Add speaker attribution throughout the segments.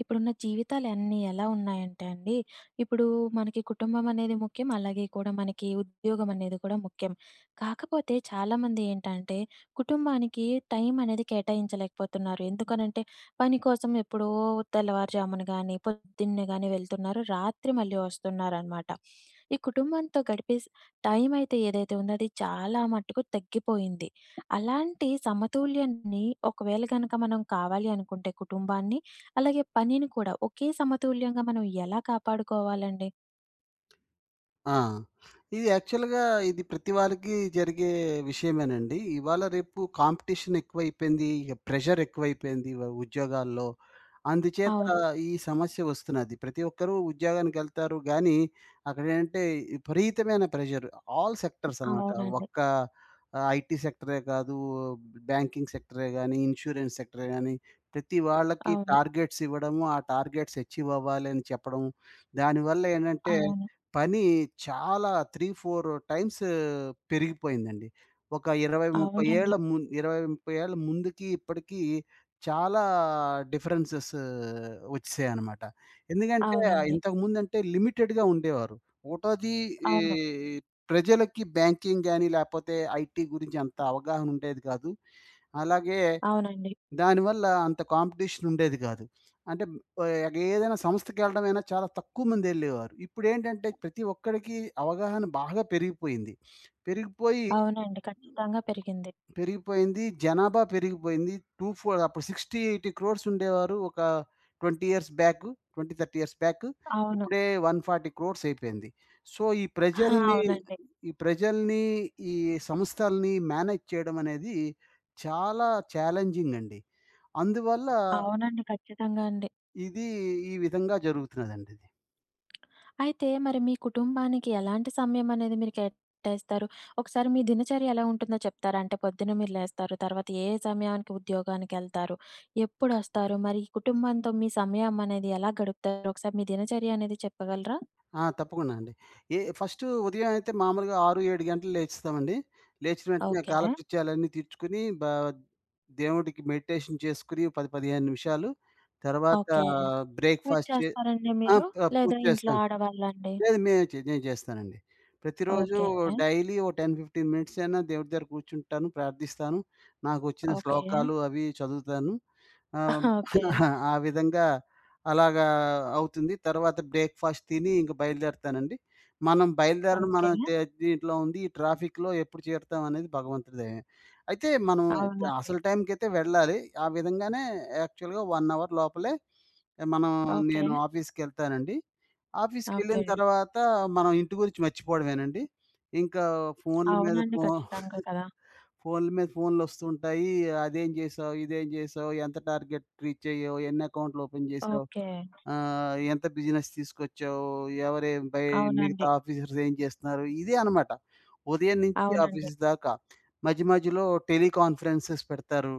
Speaker 1: ఇప్పుడున్న జీవితాలన్నీ ఎలా ఉన్నాయంటే అండి, ఇప్పుడు మనకి కుటుంబం అనేది ముఖ్యం. అలాగే కూడా మనకి ఉద్యోగం అనేది కూడా ముఖ్యం. కాకపోతే చాలామంది ఏంటంటే, కుటుంబానికి టైం అనేది కేటాయించలేకపోతున్నారు. ఎందుకనంటే, పని కోసం ఎప్పుడో తెల్లవారుజామున గాని, పొద్దున్నే గాని వెళ్తున్నారు. రాత్రి మళ్ళీ వస్తున్నారనమాట. ఈ కుటుంబంతో గడిపే టైం అయితే ఏదైతే ఉందో అది చాలా మట్టుకు తగ్గిపోయింది. అలాంటి సమతుల్యాన్ని ఒకవేళ గనక మనం కావాలి అనుకుంటే కుటుంబాన్ని అలాగే పనిని కూడా ఒకే సమతుల్యంగా మనం ఎలా కాపాడుకోవాలండి?
Speaker 2: ఆ! ఇది యాక్చువల్‌గా ఇది ప్రతి వారికి జరిగే విషయమేనండి. ఇవాళ రేపు కాంపిటీషన్ ఎక్కువైపోయింది. ఇగ ప్రెషర్ ఎక్కువైపోయింది వ ఉద్యోగాల్లో. అందుచేత
Speaker 1: అవును.
Speaker 2: ఈ సమస్య వస్తున్నది. ప్రతి ఒక్కరూ ఉద్యోగానికెళ్తారు గానీ, అక్కడేంటంటే విపరీతమైన ప్రెషర్. ఆల్ సెక్టార్స్ అనమాట.
Speaker 1: అవునండి.
Speaker 2: ఒక్క ఐటీ సెక్టరే కాదు, బ్యాంకింగ్ సెక్టరే గానీ, ఇన్స్యూరెన్స్ సెక్టరే గానీ, ప్రతి వాళ్ళకి
Speaker 1: అవును.
Speaker 2: టార్గెట్స్ ఇవ్వడము, ఆ టార్గెట్స్ అచీవ్ అవ్వాలి అని చెప్పడం. దానివల్ల ఏంటంటే
Speaker 1: అవును.
Speaker 2: పని చాలా 3, 4 టైమ్స్ పెరిగిపోయిందండి. ఒక 20, 30
Speaker 1: అవునండి.
Speaker 2: ఏళ్ల ముం 20, 30 ఏళ్ల ముందుకి ఇప్పటికి చాలా డిఫరెన్సెస్ వచ్చేసాయన్నమాట. ఎందుకంటే
Speaker 1: అవునండి.
Speaker 2: ఇంతకుముందంటే లిమిటెడ్‌గా ఉండేవారు. ఒకటోది ఈ
Speaker 1: అవును.
Speaker 2: ప్రజలకి బ్యాంకింగ్ గాని, లేపోతే ఐటీ గురించి అంత అవగాహన ఉండేది కాదు. అలాగే
Speaker 1: అవునండి.
Speaker 2: దానివల్ల అంత కాంపిటీషన్ ఉండేది కాదు. అంటే ఏదైనా సంస్థకెళ్ళడమైనా చాలా తక్కువ మందెళ్ళేవారు. ఇప్పుడేంటంటే ప్రతి ఒక్కడికి అవగాహన బాగా పెరిగిపోయింది. పెరిగిపోయి
Speaker 1: అవునండి. ఖచ్చితంగా పెరిగింది.
Speaker 2: పెరిగిపోయింది. జనాభా పెరిగిపోయింది. 24 అప్పుడు 60, 80,00,00,000 ఉండేవారు. ఒక 20 ఇయర్స్ బ్యాకు. 20, 30 years back.
Speaker 1: అవును.
Speaker 2: ఇప్పుడే 140,00,00,000 అయిపోయింది. సో,
Speaker 1: ఆ! అవునండి.
Speaker 2: ఈ ప్రజల్ని, ఈ సంస్థల్ని మేనేజ్ చేయడం అనేది చాలా ఛాలెంజింగ్ అండి. అందువల్ల
Speaker 1: అవునండి. ఖచ్చితంగా అండి.
Speaker 2: ఇది ఈ విధంగా జరుగుతున్నదండి ఇది.
Speaker 1: అయితే మరి మీ కుటుంబానికి ఎలాంటి సమయం అనేది మీరు కేటాయిస్తారు? ఒకసారి మీ దినచర్య ఎలా ఉంటుందో చెప్తారా? అంటే పొద్దున్న మీరు లేస్తారు, తర్వాత ఏ సమయానికి ఉద్యోగానికెళ్తారు? ఎప్పుడొస్తారు? మరి ఈ కుటుంబంతో మీ సమయం అనేది ఎలా గడుపుతారు? ఒకసారి మీ దినచర్య అనేది చెప్పగలరా?
Speaker 2: ఆ! తప్పకుండా అండి. ఏ ఫస్టు ఉదయం అయితే మామూలుగా 6, 7 గంటలు లేచేస్తామండి. లేచిన వెంటనే
Speaker 1: ఓకే.
Speaker 2: కాలకృత్యాలన్నీ తీర్చుకొని, దేవుడికి మెడిటేషన్ చేసుకొని 10, 15 నిమిషాలు తర్వాత
Speaker 1: ఓకే. పూజ
Speaker 2: బ్రేక్‌ఫాస్ట్ చే
Speaker 1: చేస్తారండి
Speaker 2: ఆ!
Speaker 1: మీరు?
Speaker 2: పూజ
Speaker 1: లేదా ఇంట్లో
Speaker 2: చేస్తాం.
Speaker 1: ఆడవాళ్ళా అండి?
Speaker 2: లేదు. మేమే చే నేను చేస్తానండి. ప్రతిరోజూ
Speaker 1: ఓకే.
Speaker 2: ఓకే. డైలీ ఓ 10, 15 మినిట్స్ అయినా దేవుడి దగ్గర కూర్చుంటాను, ప్రార్థిస్తాను. నాకొచ్చిన
Speaker 1: ఓకే.
Speaker 2: శ్లోకాలు అవి చదువుతాను. ఆహ్,
Speaker 1: ఓకే.
Speaker 2: ఆ విధంగా అలాగా అవుతుంది. తర్వాత బ్రేక్‌ఫాస్ట్ తిని ఇంక బయలుదేరతానండి. మనం బయలుదేరడం
Speaker 1: ఓకే.
Speaker 2: మనం దే దీంట్లో ఉంది. ఈ ట్రాఫిక్‌లో ఎప్పుడు చేరుతాం అనేది భగవంతుడి దయ. అయితే మనం
Speaker 1: అవునండి.
Speaker 2: అసలు టైంకైతే వెళ్ళాలి. ఆ విధంగానే యాక్చువల్‌గా 1 అవర్ లోపలే మనం
Speaker 1: ఓకే.
Speaker 2: నేను ఆఫీస్‌కెళ్తానండి. ఆఫీస్‌కెళ్ళిన
Speaker 1: ఓకే.
Speaker 2: తర్వాత మనం ఇంటి గురించి మర్చిపోవడమేనండి. ఇంకా ఫోన్ల మీద
Speaker 1: అవునండి.
Speaker 2: ఫో
Speaker 1: ఖచ్చితంగా కదా!
Speaker 2: ఫోన్ల మీద ఫోన్‌లొస్తుంటాయి. అదేం చేశావు? ఇదేం చేశావు? ఎంత టార్గెట్ రీచ్ అయ్యావు? ఎన్ని అకౌంట్లు ఓపెన్ చేశావు?
Speaker 1: ఓకే.
Speaker 2: ఎంత బిజినెస్ తీసుకొచ్చావు? ఎవరేం బై మిగతా
Speaker 1: అవునండి.
Speaker 2: ఆఫీసర్స్ ఏం చేస్తున్నారు? ఇదే అనమాట. ఉదయం నుంచి
Speaker 1: అవునండి.
Speaker 2: ఆఫీస్ దాకా. మధ్య మధ్యలో టెలికాన్ఫరెన్సెస్ పెడతారు.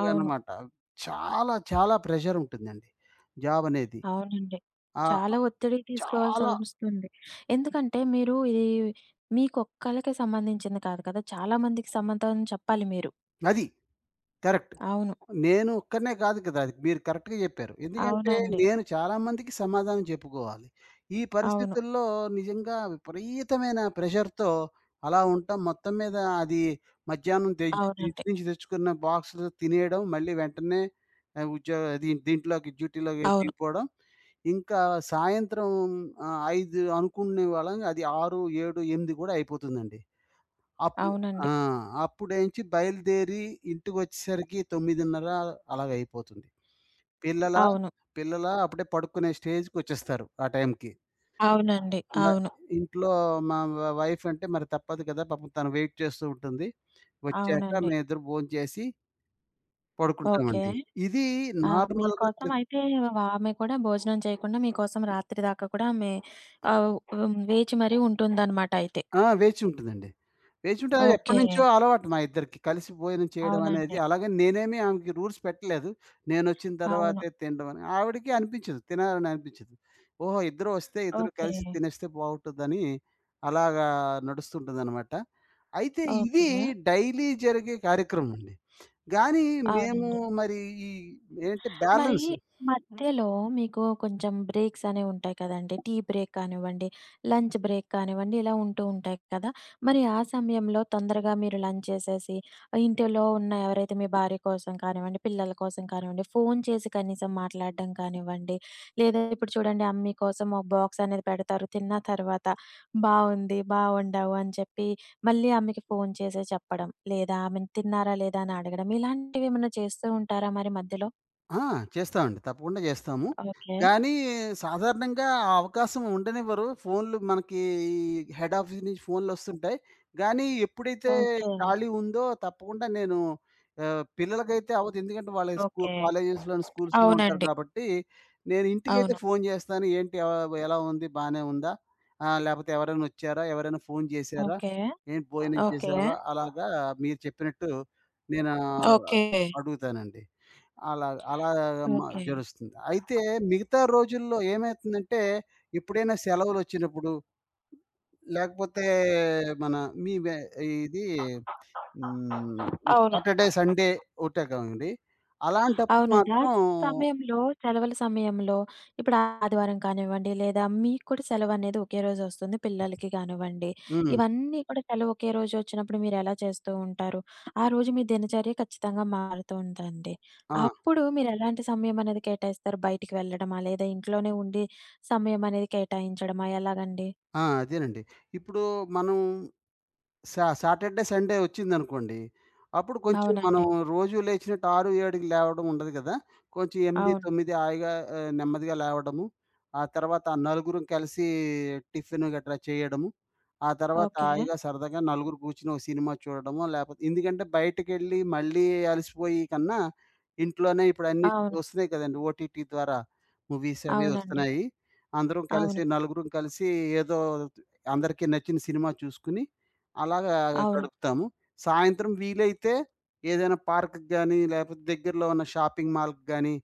Speaker 1: అవును.
Speaker 2: చాలా చాలా ప్రెషరుంటుందండి జాబనేది.
Speaker 1: అవునండి.
Speaker 2: ఆ!
Speaker 1: చాలా ఒత్తిడికి
Speaker 2: చాలా
Speaker 1: తీసుకోవాల్సొస్తుంది. ఎందుకంటే మీరు ఇది మీకొక్కళ్ళకే సంబంధించింది కాదు కదా! చాలా మందికి సమాధానం చెప్పాలి మీరు.
Speaker 2: అది. కరెక్ట్.
Speaker 1: అవును.
Speaker 2: నేను ఒక్కడినే కాదు కదా! అది మీరు కరెక్ట్‌గా జెప్పారు. ఎందుకంటే
Speaker 1: అవునండి.
Speaker 2: నేను చాలామందికి సమాధానం చెప్పుకోవాలి. ఈ
Speaker 1: అవును.
Speaker 2: పరిస్థితుల్లో నిజంగా విపరీతమైన ప్రెషర్‌తో అలా ఉంటాం. మొత్తం మీద అది మధ్యాహ్నం తే ఇంటి
Speaker 1: అవునండి.
Speaker 2: నుంచి తెచ్చుకున్న బాక్స్‌లు తినేయడం, మళ్ళీ వెంటనే ఉద్యోగ అది దీంట్లోకి డ్యూటీలోకి
Speaker 1: అవును.
Speaker 2: దిగిపోవడం. ఇంకా సాయంత్రం 5 అనుకునే వాళ్ళం అది 6, 7, 8 కూడా అయిపోతుందండి. అప్పు ఆ!
Speaker 1: అవునండి.
Speaker 2: అప్పుడేంచి బయలుదేరి ఇంటికొచ్చేసరికి 9:30 అలాగయిపోతుంది. పిల్లల
Speaker 1: అవును.
Speaker 2: పిల్లల అప్పుడే పడుకునే స్టేజ్‌కొచ్చేస్తారు ఆ టైంకి.
Speaker 1: అవునండి.
Speaker 2: ఇంగ
Speaker 1: అవును.
Speaker 2: ఇంట్లో మా వ వైఫ్ అంటే మరి తప్పదు కదా! పాపం తను వెయిట్ చేస్తూ ఉంటుంది. వచ్చాక
Speaker 1: అవునండి.
Speaker 2: మేమిద్దరం భోంచేసి
Speaker 1: ఓకే.
Speaker 2: పడుకుంటామండి. ఇది
Speaker 1: ఆ!
Speaker 2: నార్మల్‌గా ప్ర
Speaker 1: మీకోసం అయితే ఆమె కూడా భోజనం చేయకుండా మీకోసం రాత్రి దాకా కూడా ఆమె ఆహ్, హ్మ్. వేచి మరీ ఉంటుందనమాట అయితే.
Speaker 2: ఆ! వేచి ఉంటుందండి. వేచి ఉంటే అది
Speaker 1: ఓకే.
Speaker 2: ఎప్పటినుంచో అలవాటు మా ఇద్దరికి. కలిసి భోజనం చేయడం అనేది.
Speaker 1: అవునండి.
Speaker 2: అలాగని నేనేమి ఆమెకి రూల్స్ పెట్టలేదు. నేనొచ్చిన
Speaker 1: అవును.
Speaker 2: తర్వాతే తినడం అని. ఆవిడకి అనిపించదు. తినాలని అనిపించదు. ఓహో! ఇద్దరు వస్తే ఇద్దరు
Speaker 1: ఓకే.
Speaker 2: కలిసి తినేస్తే బావుంటుందని అలాగా నడుస్తుంటుందనమాట. అయితే ఇది
Speaker 1: ఓకే.
Speaker 2: డైలీ జరిగే కార్యక్రమం అండి. గానీ మేము
Speaker 1: అవునండి.
Speaker 2: మరి ఈ ఏంటి
Speaker 1: మరి
Speaker 2: బ్యాలెన్స్
Speaker 1: హ్మ్. మధ్యలో మీకు కొంచెం బ్రేక్స్ అనేవి ఉంటాయి కదండీ! టీ బ్రేక్ కానివ్వండి, లంచ్ బ్రేక్ కానివ్వండి, ఇలా ఉంటూ ఉంటాయి కదా! మరి ఆ సమయంలో తొందరగా మీరు లంచ్ చేసేసి, ఇంటిలో ఉన్న ఎవరైతే మీ భార్య కోసం కానివ్వండి, పిల్లల కోసం కానివ్వండి, ఫోను చేసి కనీసం మాట్లాడడం కానివ్వండి, లేదా ఇప్పుడు చూడండి అమ్మ కోసం ఒక బాక్స్ అనేది పెడతారు. తిన్న తర్వాత బావుంది, బాగుండవు అని చెప్పి మళ్ళీ అమ్మకి ఫోను చేసి చెప్పడం, లేదా ఆమెను తిన్నారా లేదా అని అడగడం, ఇలాంటివేమన్నా చేస్తూ ఉంటారా మరి మధ్యలో?
Speaker 2: ఆ! చేస్తామండి. తప్పకుండా చేస్తాము.
Speaker 1: ఓకే.
Speaker 2: కానీ సాధారణంగా ఆ అవకాశం ఉండనివ్వరు. ఫోన్‌లు మనకి ఈ హెడ్ ఆఫీస్ నుంచి ఫోన్‌లొస్తుంటాయి. కానీ ఎప్పుడైతే
Speaker 1: ఓకే.
Speaker 2: ఖాళీ ఉందో తప్పకుండా నేను పిల్లలకైతే అవ్వదు. ఎందుకంటే వాళ్ళ
Speaker 1: ఓకే.
Speaker 2: కాలేజెస్‌లోను, స్కూల్స్‌లో ఉంటారు
Speaker 1: అవునండి.
Speaker 2: కాబట్టి, నేను ఇంటికైతే
Speaker 1: అవును.
Speaker 2: ఫోన్ చేస్తాను. ఏంటి ఎలా ఉంది? బానే ఉందా? లేపోతే ఎవరైనా ఒచ్చారా? ఎవరైనా ఫోన్ చేశారా?
Speaker 1: ఓకే.
Speaker 2: ఏంటి భోజనం
Speaker 1: ఓకే.
Speaker 2: చేశావా? అలాగా మీరు చెప్పినట్టు నేను
Speaker 1: ఓకే.
Speaker 2: అడుగుతానండి. అలా అలా మ
Speaker 1: ఓకే.
Speaker 2: జరుస్తుంది. అయితే మిగతా రోజుల్లో ఏమైతుందంటే, ఎప్పుడైనా సెలవులొచ్చినప్పుడు, లేకపోతే మన మీ వె ఇది హ్మ్.
Speaker 1: అవును.
Speaker 2: సాటర్‌డే, సండే ఒకటే కావండి. అలాంటప్పుడు
Speaker 1: అవునండి. ఆ
Speaker 2: మాత్రం
Speaker 1: సమయంలో సెలవుల సమయంలో ఇప్పుడు ఆదివారం కానివ్వండి, లేదా మీకు కూడా సెలవనేది ఒకే రోజు వస్తుంది పిల్లలకి కానివ్వండి.
Speaker 2: హ్మ్.
Speaker 1: ఇవన్నీ కూడా సెలవు ఒకే రోజు వచ్చినప్పుడు మీరెలా చేస్తూ ఉంటారు? ఆ రోజు మీ దినచర్య ఖచ్చితంగా మారుతూ ఉంటుంది.
Speaker 2: ఆ!
Speaker 1: అప్పుడు మీరెలాంటి సమయం అనేది కేటాయిస్తారు? బయటికి వెళ్ళడమా? లేదా ఇంట్లోనే ఉండి సమయం అనేది కేటాయించడమా? ఎలాగండి?
Speaker 2: ఆ! అదేనండి. ఇప్పుడు మనం సాటర్‌డే, సండే వచ్చిందనుకోండి. అప్పుడు కొంచెం మనం
Speaker 1: అవునండి.
Speaker 2: రోజు లేచినట్టు 6, 7కి లేవడం ఉండదు కదా! కొంచెం 8,
Speaker 1: అవును.
Speaker 2: 9 హాయిగా నెమ్మదిగా లేవడము. ఆ తర్వాత నలుగురం కలిసి టిఫిన్ గట్రా చేయడము. ఆ తర్వాత
Speaker 1: ఓకే.
Speaker 2: హాయిగా సరదాగా నలుగురు కూర్చొని ఒక సినిమా చూడడమో, లేపోతే ఎందుకంటే బయటకెళ్ళి మళ్ళీ అలసిపోయి కన్నా ఇంట్లోనే ఇప్పుడు అన్నీ
Speaker 1: అవును.
Speaker 2: వస్తున్నాయి కదండీ! ఓటీటీ ద్వారా మూవీస్ అవి
Speaker 1: అవునండి.
Speaker 2: వస్తున్నాయి. అందరం
Speaker 1: అవును.
Speaker 2: కలిసి నలుగురం కలిసి ఏదో అందరికీ నచ్చిన సినిమా చూసుకొని అలాగా
Speaker 1: అవును.
Speaker 2: గడుపుతాము. సాయంత్రం వీలైతే ఏదైనా పార్క్‌కి గానీ, లేపోతే దగ్గరలో ఉన్న షాపింగ్ మాల్‌కి గానీ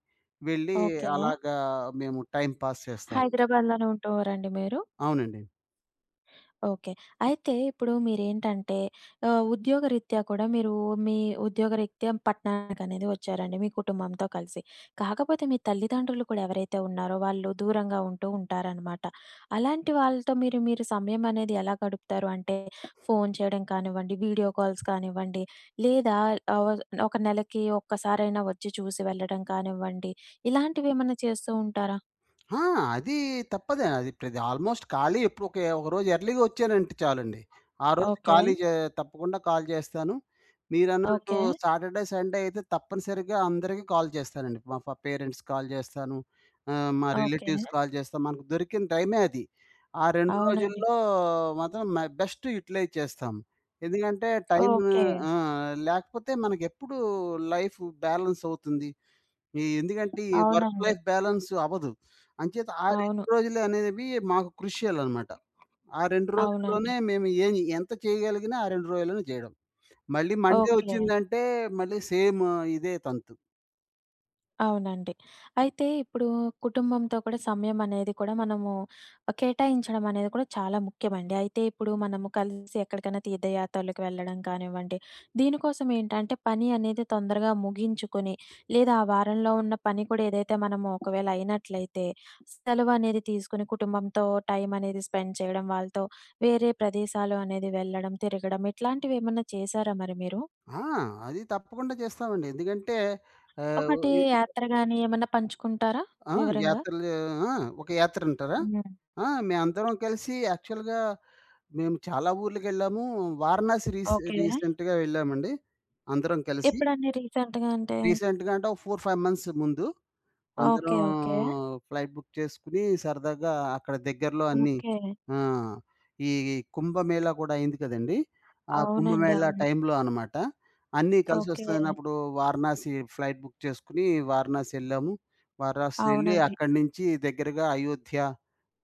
Speaker 2: వెళ్ళి
Speaker 1: ఓకే.
Speaker 2: అలాగా మేము టైమ్ పాస్ చేస్తాము.
Speaker 1: హైదరాబాద్‌లోనే ఉంటూరండి మీరు?
Speaker 2: అవునండి.
Speaker 1: ఓకే. అయితే ఇప్పుడు మీరేంటంటే ఉద్యోగరీత్యా కూడా మీరు మీ ఉద్యోగరీత్యా పట్టణానికనేది వచ్చారండి మీ కుటుంబంతో కలిసి. కాకపోతే మీ తల్లిదండ్రులు కూడా ఎవరైతే ఉన్నారో వాళ్ళు దూరంగా ఉంటూ ఉంటారనమాట. అలాంటి వాళ్ళతో మీరు మీరు సమయం అనేది ఎలా గడుపుతారు? అంటే ఫోను చేయడం కానివ్వండి, వీడియో కాల్స్ కానివ్వండి, లేదా ఆహ్, ఒక నెలకి ఒక్కసారైనా వచ్చి చూసి వెళ్ళడం కానివ్వండి, ఇలాంటివేమన్నా చేస్తూ ఉంటారా?
Speaker 2: ఆ! అది తప్పదే. అది ప్రతి ఆల్‌మోస్ట్ ఖాళీ ఎప్పుడు ఒకే ఒకరోజు ఎర్లీగా వచ్చానంటే చాలండి. ఆ రోజు
Speaker 1: ఓకే.
Speaker 2: ఖాళీ జే తప్పకుండా కాల్ చేస్తాను. మీరన్నట్టు
Speaker 1: ఓకే.
Speaker 2: సాటర్‌డే, సండే అయితే తప్పనిసరిగా అందరికీ కాల్ చేస్తానండి. మా ఫ పేరెంట్స్ కాల్ చేస్తాను. మా
Speaker 1: ఓకే.
Speaker 2: రిలేటివ్స్ కాల్ చేస్తాం. మనకు దొరికిన టైమే అది. ఆ 2
Speaker 1: అవునండి.
Speaker 2: రోజుల్లో మాత్రం బెస్ట్ యుటిలైజ్ చేస్తాం. ఎందుకంటే టైము
Speaker 1: ఓకే.
Speaker 2: ఆ! లేకపోతే మనకెప్పుడు లైఫ్ బ్యాలెన్స్ అవుతుంది. ఎందుకంటే, ఈ వర్క్
Speaker 1: అవునండి.
Speaker 2: లైఫ్ బ్యాలెన్స్ అవ్వదు. అంచేత ఆ 2
Speaker 1: అవును.
Speaker 2: రోజులు అనేవి మాకు క్రుషియలనమాట. ఆ 2
Speaker 1: అవునండి.
Speaker 2: రోజుల్లోనే మేము ఏం ఎంత చేయగలిగినా ఆ 2 రోజుల్లోనే చేయడం. మళ్ళీ మండే
Speaker 1: ఓకే.
Speaker 2: వచ్చిందంటే, మళ్ళీ సేమ్ ఇదే తంతు.
Speaker 1: అవునండి. అయితే ఇప్పుడు కుటుంబంతో కూడా సమయం అనేది కూడా మనము కేటాయించడం అనేది కూడా చాలా ముఖ్యమండి. అయితే ఇప్పుడు మనము కలిసి ఎక్కడికైనా తీర్థయాత్రలకు వెళ్ళడం కానివ్వండి, దీనికోసం ఏంటంటే పని అనేది తొందరగా ముగించుకొని, లేదా ఆ వారంలో ఉన్న పని కూడా ఏదైతే మనము ఒకవేళ అయినట్లయితే, సెలవు అనేది తీసుకొని కుటుంబంతో టైం అనేది స్పెండ్ చేయడం, వాళ్ళతో వేరే ప్రదేశాలు అనేది వెళ్ళడం, తిరగడం ఇట్లాంటివేమన్నా చేశారా మరి మీరు?
Speaker 2: ఆ! అది తప్పకుండా చేస్తామండి. ఎందుకంటే ఆహ్,
Speaker 1: ఒకటి
Speaker 2: ఇ
Speaker 1: యాత్ర గాని ఏమన్నా పంచుకుంటారా
Speaker 2: ఆ!
Speaker 1: వివరంగా?
Speaker 2: యాత్రలు ఆ! ఒక యాత్రంటారా?
Speaker 1: హ్మ్.
Speaker 2: ఆ! మేమందరం కలిసి యాక్చువల్‌గా మేము చాలా ఊర్లకెళ్ళాము. వారణాసి రీస్
Speaker 1: ఓకే.
Speaker 2: రీసెంట్‌గా వెళ్ళామండి. అందరం కలిసి.
Speaker 1: ఎప్పుడండి రీసెంట్‌గా అంటే?
Speaker 2: రీసెంట్‌గా అంటే ఒక 4, 5 మంత్స్ ముందు. అందరం
Speaker 1: ఓకే. ఓకే.
Speaker 2: ఫ్లైట్ బుక్ చేసుకొని సరదాగా అక్కడ దగ్గరలో అన్నీ
Speaker 1: ఓకే.
Speaker 2: ఆ! ఈ కుంభమేళా కూడా అయింది కదండీ! ఆ
Speaker 1: అవునండి.
Speaker 2: కుంభమేళా
Speaker 1: అవును.
Speaker 2: టైంలో అనమాట. అన్నీ
Speaker 1: ఓకే.
Speaker 2: కలిసొస్తున్నప్పుడు వారణాసి ఫ్లైట్ బుక్ చేసుకొని వారణాసి వెళ్ళాము. వారణాసి వెళ్లి
Speaker 1: అవునండి.
Speaker 2: అక్కడి నుంచి దగ్గరగా అయోధ్య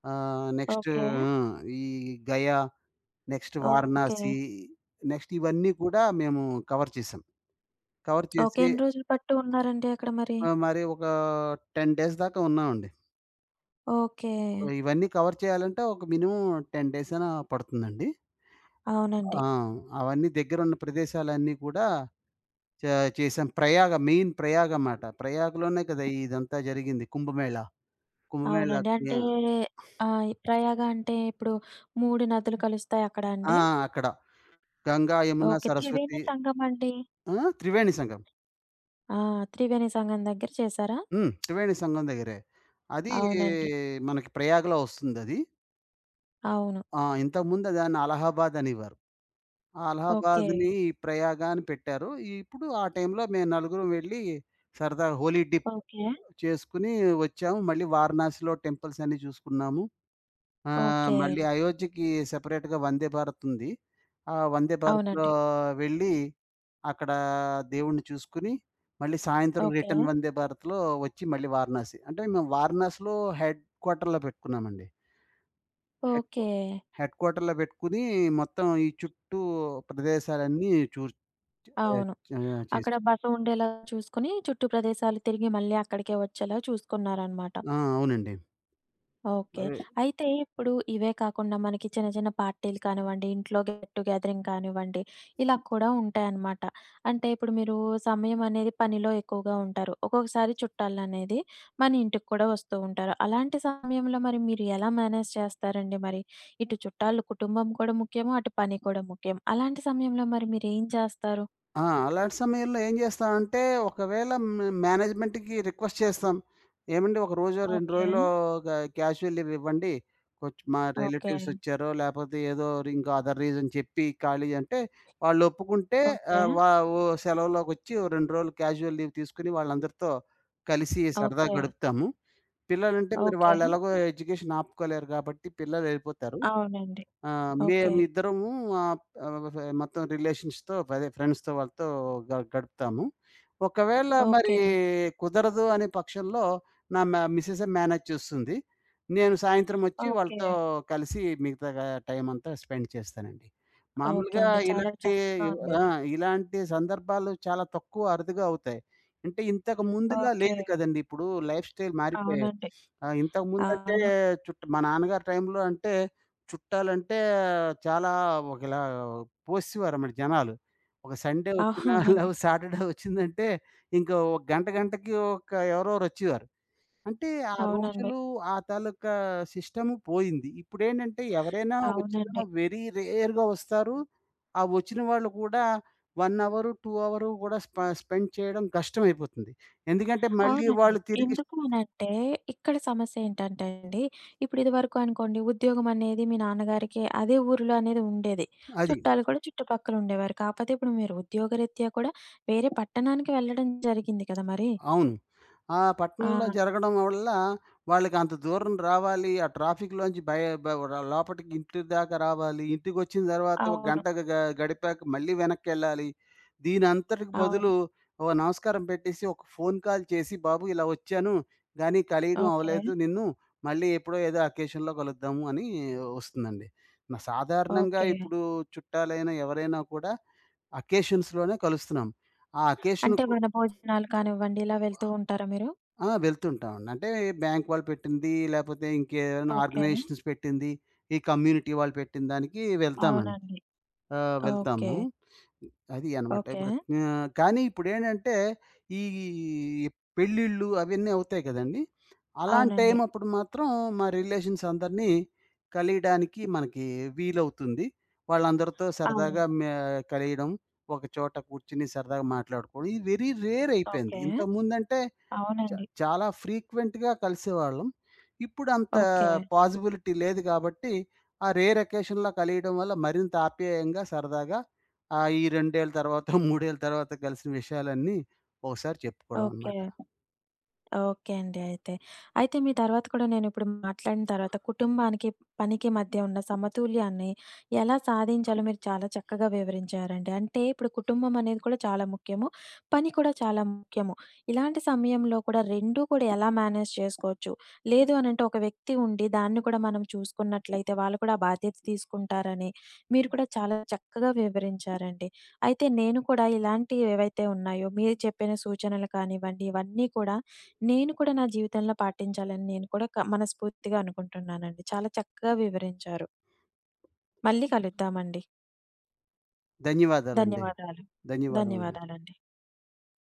Speaker 2: నెక్స్ట్
Speaker 1: ఓకే.
Speaker 2: హ్మ్. ఈ Gaya, next
Speaker 1: okay.
Speaker 2: Varanasi, next ఇవన్నీ కూడా మేము కవర్ చేసాం. Cover
Speaker 1: okay.
Speaker 2: చేసి
Speaker 1: ఎన్ని రోజులు పట్టు ఉన్నారండి అక్కడ మరి?
Speaker 2: మరి ఒక 10 డేస్ దాకా ఉన్నామండి.
Speaker 1: ఓకే.
Speaker 2: ఇవన్నీ కవర్ చేయాలంటే ఒక మినిమమ్ 10 డేస్ అనా పడుతుందండి.
Speaker 1: అవునండి.
Speaker 2: ఆ! అవన్నీ దగ్గరున్న ప్రదేశాలన్నీ కూడా చా చేసాం. ప్రయాగ మాట. ప్రయాగలోనే కదా! ఇదంతా జరిగింది కుంభమేళా.
Speaker 1: అవునండి.
Speaker 2: కుంభమేళాకి
Speaker 1: అంటే ఈ ప్రయాగ అంటే ఇప్పుడు 3 నదులు కలుస్తాయి అక్కడ
Speaker 2: ఆ!
Speaker 1: అండి?
Speaker 2: అక్కడ గంగా, యమున,
Speaker 1: ఓకే. త్రివేణి
Speaker 2: సరస్వతి
Speaker 1: సంగమం అండి?
Speaker 2: ఆ! త్రివేణి సంగం.
Speaker 1: ఆ! త్రివేణి సంగం దగ్గర చేశారా?
Speaker 2: హ్మ్. త్రివేణి సంగం దగ్గరే. అది
Speaker 1: అవునండి.
Speaker 2: మనకి ప్రయాగలో వస్తుందది.
Speaker 1: అవును.
Speaker 2: ఆ! ఇంతకుముందు దాన్ని అలహాబాద్ అనేవారు.
Speaker 1: ఓకే.
Speaker 2: అలహాబాద్‌ని ప్రయాగ అని పెట్టారు. ఇప్పుడు ఆ టైంలో మేము నలుగురం వెళ్ళి సరదాగా హోలీ డిప్
Speaker 1: ఓకే.
Speaker 2: చేసుకొని వచ్చాము. మళ్ళీ వారణాసిలో టెంపుల్స్ అన్నీ చూసుకున్నాము.
Speaker 1: ఓకే.
Speaker 2: మళ్ళీ అయోధ్యకి సెపరేట్‌గా వందే భారత్ ఉంది. ఆ వందే భారత్‌లో
Speaker 1: అవునండి.
Speaker 2: వెళ్ళి అక్కడ దేవుడిని చూసుకొని మళ్ళీ సాయంత్రం
Speaker 1: ఓకే.
Speaker 2: రిటర్న్ వందే భారత్‌లో వచ్చి మళ్ళీ వారణాసి. అంటే మేము వారణాసిలో హెడ్ క్వార్టర్‌లో పెట్టుకున్నామండి. Head క్వా
Speaker 1: okay.
Speaker 2: హెడ్ క్వార్టర్‌లో పెట్టుకొని మొత్తం ఈ చుట్టూ ప్రదేశాలన్నీ చూ ఆహ్,
Speaker 1: అవును.
Speaker 2: చా చేసి
Speaker 1: అక్కడ బస ఉండేలా చూసుకొని చుట్టూ ప్రదేశాలు తిరిగి మళ్ళీ అక్కడికే వచ్చేలా చూసుకున్నారనమాట.
Speaker 2: ఆ! అవునండి.
Speaker 1: ఓకే.
Speaker 2: ఆహ్,
Speaker 1: అయితే ఇప్పుడు ఇవే కాకుండా మనకి చిన్న చిన్న పార్టీలు కానివ్వండి, ఇంట్లో గెట్ టు గ్యాదరింగ్ కానివ్వండి, ఇలా కూడా ఉంటాయన్నమాట. అంటే ఇప్పుడు మీరు సమయం అనేది పనిలో ఎక్కువగా ఉంటారు. ఒక్కొక్కసారి చుట్టాలనేది మన ఇంటికి కూడా వస్తూ ఉంటారు. అలాంటి సమయంలో మరి మీరు ఎలా మేనేజ్ చేస్తారండి మరి? ఇటు చుట్టాలు కుటుంబం కూడా ముఖ్యము, అటు పని కూడా ముఖ్యం. అలాంటి సమయంలో మరి మీరేం చేస్తారు?
Speaker 2: ఆ! అలాంటి సమయంలో ఏం చేస్తామంటే, ఒకవేళ మేనేజ్మెంట్‌కి రిక్వెస్ట్ చేస్తాం. ఏమండి ఒక రోజో, 2
Speaker 1: ఓకే.
Speaker 2: రోజులో గ క్యాజువల్ లీవ్ ఇవ్వండి. కొంచెం మా
Speaker 1: ఓకే.
Speaker 2: రిలేటివ్స్ వచ్చారో, లేకపోతే ఏదో ఇంకో అదర్ రీజన్ చెప్పి ఖాళీ అంటే, వాళ్ళు ఒప్పుకుంటే
Speaker 1: ఓకే.
Speaker 2: ఆహ్, వా ఓ సెలవులోకొచ్చి ఓ 2 రోజులు క్యాజువల్ లీవ్ తీసుకొని వాళ్ళందరితో కలిసి సరదాగా
Speaker 1: ఓకే.
Speaker 2: గడుపుతాము. పిల్లలంటే మరి
Speaker 1: ఓకే.
Speaker 2: వాళ్ళు ఎలాగో ఎడ్యుకేషన్ ఆపుకోలేరు కాబట్టి పిల్లలు వెళ్ళిపోతారు.
Speaker 1: అవునండి.
Speaker 2: ఆ!
Speaker 1: ఓకే.
Speaker 2: మేమిద్దరము ఆహ్, ఆహ్, మొత్తం రిలేషన్స్‌తో అదే ఫ్రెండ్స్‌తో వాళ్ళతో గడుపుతాము. ఒకవేళ హ్మ్. మరి
Speaker 1: ఓకే.
Speaker 2: కుదరదు అనే పక్షంలో నా మ మిసెసే మేనేజ్ చేస్తుంది. నేను సాయంత్రం వచ్చి
Speaker 1: ఓకే.
Speaker 2: వాళ్ళతో కలిసి మిగతా గ టైమంతా స్పెండ్ చేస్తానండి.
Speaker 1: ఓకే
Speaker 2: మామూలుగా
Speaker 1: అండి. చాలా
Speaker 2: ఇలాంటి
Speaker 1: చక్కగా
Speaker 2: ఆ!
Speaker 1: ఉండేది.
Speaker 2: ఇలాంటి సందర్భాలు చాలా తక్కువ అరుదుగా అవుతాయి. అంటే ఇంతకు ముందులా
Speaker 1: ఓకే.
Speaker 2: లేదు కదండీ! ఇప్పుడు లైఫ్ స్టైల్ మారిపోయాయి.
Speaker 1: అవునండి.
Speaker 2: ఇంతకు ముందంటే
Speaker 1: అవును.
Speaker 2: మా నాన్నగారి టైంలో అంటే చుట్టాలంటే చాలా ఒకలా పోసేవారన్నమాట జనాలు. ఒక సండే వచ్చినా
Speaker 1: అవునండి.
Speaker 2: లేకపోతే సాటర్‌డే వచ్చిందంటే ఇంకా ఒక గంట గంటకి ఒక ఎవరోకరు వచ్చేవారు. అంటే ఆ
Speaker 1: అవునండి.
Speaker 2: రోజులు ఆ తాలూకా సిస్టమ్ పోయింది. ఇప్పుడేంటంటే ఎవరైనా వచ్చినా
Speaker 1: అవునండి.
Speaker 2: వెరీ రేర్‌గా వస్తారు. ఆ వచ్చిన వాళ్ళు కూడా 1 అవరు, 2 అవరు కూడా స్పెండ్ చేయడం కష్టమైపోతుంది. ఎందుకంటే మళ్ళీ
Speaker 1: అవునండి.
Speaker 2: వాళ్ళు తిరిగి
Speaker 1: ఎందుకు అనంటే ఇక్కడ సమస్య ఏంటంటే అండి, ఇప్పుడు ఇదివరకు అనుకోండి ఉద్యోగం అనేది మీ నాన్నగారికి అదే ఊరిలో అనేది ఉండేది.
Speaker 2: అది.
Speaker 1: చుట్టాలు కూడా చుట్టుపక్కల ఉండేవారు. కాకపోతే ఇప్పుడు మీరు ఉద్యోగరీత్యా కూడా వేరే పట్టణానికి వెళ్ళడం జరిగింది కదా మరి.
Speaker 2: అవును. ఆ పట్టణంలో
Speaker 1: ఆ!
Speaker 2: జరగడం వల్ల వాళ్ళకంత దూరం రావాలి. ఆ ట్రాఫిక్‌లోంచి బయ బ లోపటికి ఇంటి దాకా రావాలి. ఇంటికొచ్చిన తర్వాత ఒక
Speaker 1: అవును.
Speaker 2: గంట గ గడిపాక మళ్ళీ వెనక్కెళ్ళాలి. దీనంతటికి
Speaker 1: అవును.
Speaker 2: బదులు ఓ నమస్కారం పెట్టేసి ఒక ఫోను కాల్ చేసి, "బాబు ఇలా వచ్చాను, గానీ కలియడం
Speaker 1: ఓకే.
Speaker 2: అవ్వలేదు నిన్ను. మళ్ళీ ఎప్పుడో ఏదో అకేషన్‌లో కలుద్దాము" అని వస్తుందండి. నా సాధారణంగా
Speaker 1: ఓకే.
Speaker 2: ఇప్పుడు చుట్టాలైనా ఎవరైనా కూడా అకేషన్స్‌లోనే కలుస్తున్నాం. ఆ
Speaker 1: అంటే
Speaker 2: అకేషన్‌కు
Speaker 1: వనభోజనాలు కానివ్వండి ఇలా వెళ్తూ ఉంటారా మీరు?
Speaker 2: ఆ! వెళ్తుంటా ఉండి. అంటే బ్యాంక్ వాళ్ళు పెట్టింది, లేపోతే ఇంకేదైనా
Speaker 1: ఓకే.
Speaker 2: ఆర్గనైజేషన్స్ పెట్టింది, ఈ కమ్యూనిటీ వాళ్ళు పెట్టిన దానికి వెళ్తామండి.
Speaker 1: అవునండి. ఓకే.
Speaker 2: వెళ్తాము. అది అనమాట.
Speaker 1: ఓకే.
Speaker 2: ఇప్పుడు కానీ ఇప్పుడేంటంటే, ఈ పెళ్ళిళ్ళు అవన్నీ అవుతాయి కదండీ! అలాంటి టైం
Speaker 1: అవునండి.
Speaker 2: అప్పుడు మాత్రం మా రిలేషన్స్ అందరినీ కలియడానికి మనకి వీలవుతుంది. వాళ్ళందరితో
Speaker 1: అవును.
Speaker 2: సరదాగా కలియడం, ఒక చోట కూర్చొని సరదాగా మాట్లాడుకోవడం. ఇది వెరీ రేర్ అయిపోయింది.
Speaker 1: ఓకే.
Speaker 2: ఇంతకుముందంటే చ
Speaker 1: అవునండి.
Speaker 2: చాలా ఫ్రీక్వెంట్‌గా కలిసేవాళ్ళం. ఇప్పుడంత
Speaker 1: ఓకే.
Speaker 2: పాజిబిలిటీ లేదు గాబట్టి, ఆ రేర్ అకేషన్‌లో కలియడం వల్ల మరింత ఆప్యాయంగా, సరదాగా ఈ 2 ఏళ్ల తర్వాత, 3 ఏళ్ల తర్వాత కలిసిన విషయాలన్నీ ఒకసారి చెప్పుకోవడం
Speaker 1: ఓకే.
Speaker 2: అనమాట.
Speaker 1: ఓకే అండి. అయితే. అయితే మీ తర్వాత కూడా నేనిప్పుడు మాట్లాడిన తర్వాత కుటుంబానికి, పనికి మధ్య ఉన్న సమతుల్యాన్ని ఎలా సాధించాలో మీరు చాలా చక్కగా వివరించారండి. అంటే ఇప్పుడు కుటుంబం అనేది కూడా చాలా ముఖ్యము. పని కూడా చాలా ముఖ్యము. ఇలాంటి సమయంలో కూడా 2 కూడా ఎలా మేనేజ్ చేసుకోవచ్చు? లేదు అనంటే ఒక వ్యక్తి ఉండి దాన్ని కూడా మనం చూసుకున్నట్లయితే వాళ్ళు కూడా ఆ బాధ్యత తీసుకుంటారని మీరు కూడా చాలా చక్కగా వివరించారండి. అయితే నేను కూడా ఇలాంటివి ఏవైతే ఉన్నాయో మీరు చెప్పిన సూచనలు కానివ్వండి ఇవన్నీ కూడా నేను కూడా నా జీవితంలో పాటించాలని నేను కూడా మనస్ఫూర్తిగా అనుకుంటున్నానండి. చాలా చక్కగా వివరించారు. మళ్ళీ కలుద్దామండి.
Speaker 2: ధన్యవాదాలండి.
Speaker 1: ధన్యవాదాలు.
Speaker 2: ధన్యవాదములు.
Speaker 1: ధన్యవాదాలండి.